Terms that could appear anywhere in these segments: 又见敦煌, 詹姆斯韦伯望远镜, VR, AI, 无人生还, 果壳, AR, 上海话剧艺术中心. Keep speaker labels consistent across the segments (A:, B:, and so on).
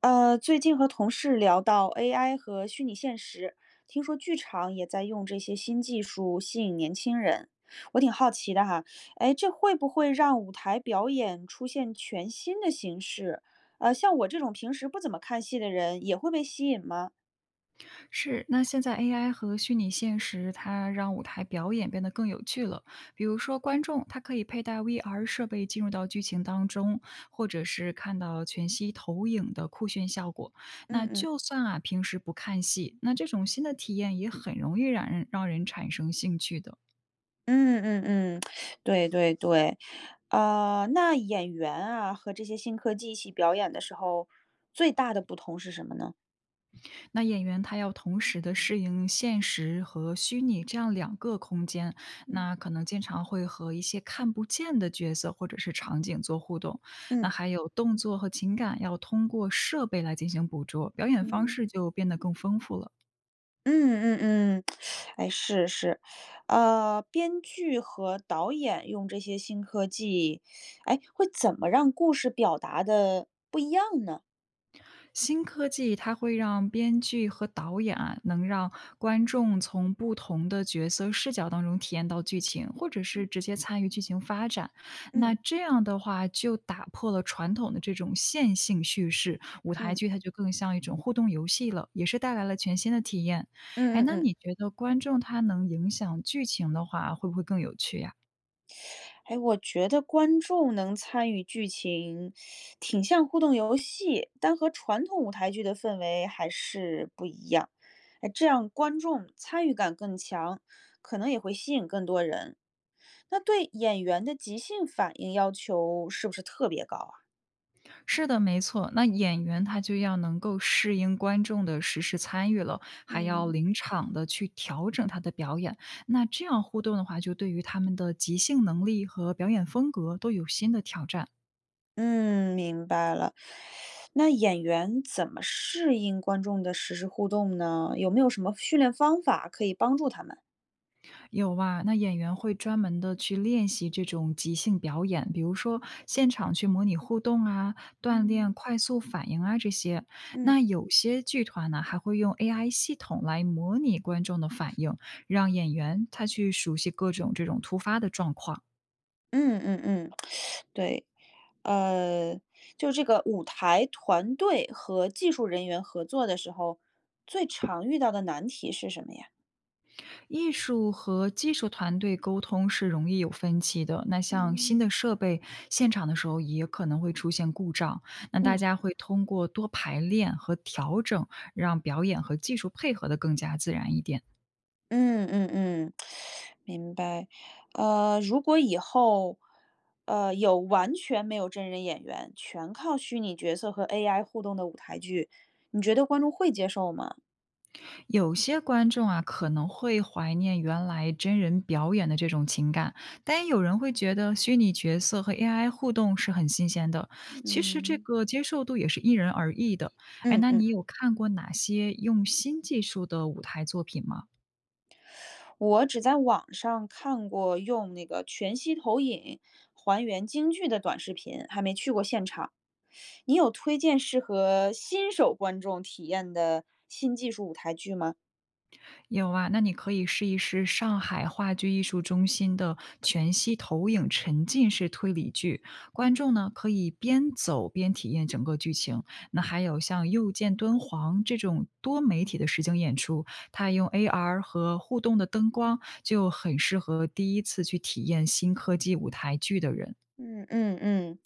A: 最近和同事聊到 AI 和虚拟现实，听说剧场也在用这些新技术吸引年轻人，我挺好奇的哈。哎，这会不会让舞台表演出现全新的形式？像我这种平时不怎么看戏的人，也会被吸引吗？
B: 是，那现在 AI 和虚拟现实，它让舞台表演变得更有趣了。比如说，观众他可以佩戴 VR 设备进入到剧情当中，或者是看到全息投影的酷炫效果。
A: 嗯
B: 那
A: 嗯
B: 就算啊平时不看戏，那这种新的体验也很容易让人产生兴趣的。
A: 嗯嗯嗯，对对对，那演员啊和这些新科技一起表演的时候，最大的不同是什么呢？
B: 那演员他要同时的适应现实和虚拟这样2个空间，
A: 嗯
B: 那可能经常会和一些看不见的角色或者是场景做互动。那
A: 嗯
B: 还有动作和情感要通过设备来进行捕捉，表演方
A: 嗯。
B: 式就变得更丰富了。
A: 嗯嗯嗯，哎，是是，编剧和导演用这些新科技，哎，会怎么让故事表达的不一样呢？
B: 新科技它会让编剧和导演啊，能让观众从不同的角色视角当中体验到剧情，或者是直接参与剧情发展。
A: 嗯
B: 那这样的话，就打破了传统的这种线性叙事，舞台
A: 嗯
B: 剧它就更像一种互动游戏了，也是带来了全新的体验。
A: 嗯
B: 哎，
A: 嗯
B: 那
A: 嗯，
B: 你觉得观众他能影响剧情的话，会不会更有趣呀？
A: 哎，我觉得观众能参与剧情，挺像互动游戏，但和传统舞台剧的氛围还是不一样。哎，这样观众参与感更强，可能也会吸引更多人。那对演员的即兴反应要求是不是特别高啊？
B: 是的，没错。那演员他就要能够适应观众的实时参与了，还要
A: 嗯。
B: 临场的去调整他的表演。那这样互动的话，就对于他们的即兴能力和表演风格都有新的挑战。
A: 嗯，明白了。那演员怎么适应观众的实时互动呢？有没有什么训练方法可以帮助他们？
B: 有啊，那演员会专门的去练习这种即兴表演，比如说现场去模拟互动啊，锻
A: 嗯
B: 炼快速反应啊这些。
A: 嗯
B: 那有些剧团呢，还会用 AI 系统来模拟观众的反应，让演员他去熟悉各种这种突发的状况。
A: 嗯嗯嗯，对，呃，就这个舞台团队和技术人员合作的时候，最常遇到的难题是什么呀？
B: 艺术和技术团队沟通是容易有分歧的。那像新的
A: 嗯，
B: 设备，现场的时候也可能会出现故障。那大
A: 嗯。
B: 家会通过多排练和调整，让表演和技术配合的更加自然一点。
A: 嗯嗯嗯，明白。如果以后，有完全没有真人演员，全靠虚拟角色和 AI 互动的舞台剧，你觉得观众会接受吗？
B: 有些观众啊，可能会怀念原来真人表演的这种情感，但也有人会觉得虚拟角色和 AI 互动是很新鲜的。其实这
A: 嗯
B: 个接受度也是因人而异的。哎，
A: 嗯
B: 那
A: 嗯，
B: 你有看过哪些用新技术的舞台作品吗？
A: 我只在网上看过用那个全息投影还原京剧的短视频，还没去过现场。你有推荐适合新手观众体验的新技术舞台剧吗？
B: 有啊，那你可以试一试上海话剧艺术中心的全息投影沉浸式推理剧，观众呢可以边走边体验整个剧情。那还有像又见敦煌这种多媒体的实景演出，它用 AR 和互动的灯光，就很适合第一次去体验新科技舞台剧的人。
A: 嗯嗯嗯，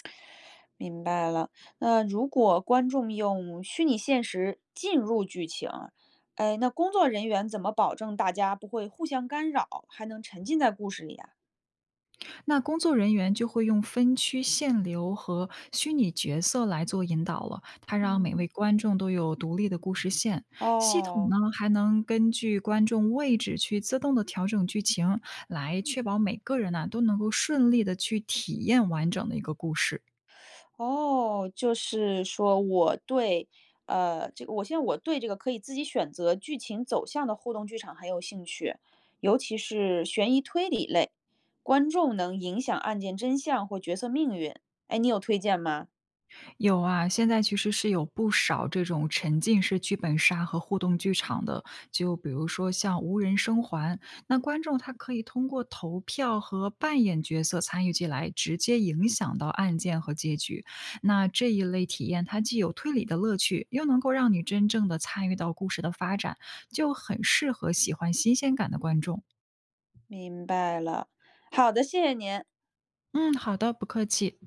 A: 明白了。那如果观众用虚拟现实进入剧情，哎，那工作人员怎么保证大家不会互相干扰，还能沉浸在故事里啊？
B: 那工作人员就会用分区限流和虚拟角色来做引导了，它让每位
A: 嗯，
B: 观众都有独立的故事线。系统
A: 哦
B: 呢还能根据观众位置去自动的调整剧情，来确保每个人呢，都能够顺利的去体验完整的一个故事。
A: 哦，就是说这个我现在我对这个可以自己选择剧情走向的互动剧场很有兴趣，尤其是悬疑推理类，观众能影响案件真相或角色命运。哎，你有推荐吗？
B: 有啊，现在其实是有不少这种沉浸式剧本杀和互动剧场的，就比如说像《无人生还》，那观众他可以通过投票和扮演角色参与进来，直接影响到案件和结局。那这一类体验，它既有推理的乐趣，又能够让你真正的参与到故事的发展，就很适合喜欢新鲜感的观众。
A: 明白了，好的，谢谢您。
B: 嗯，好的，不客气。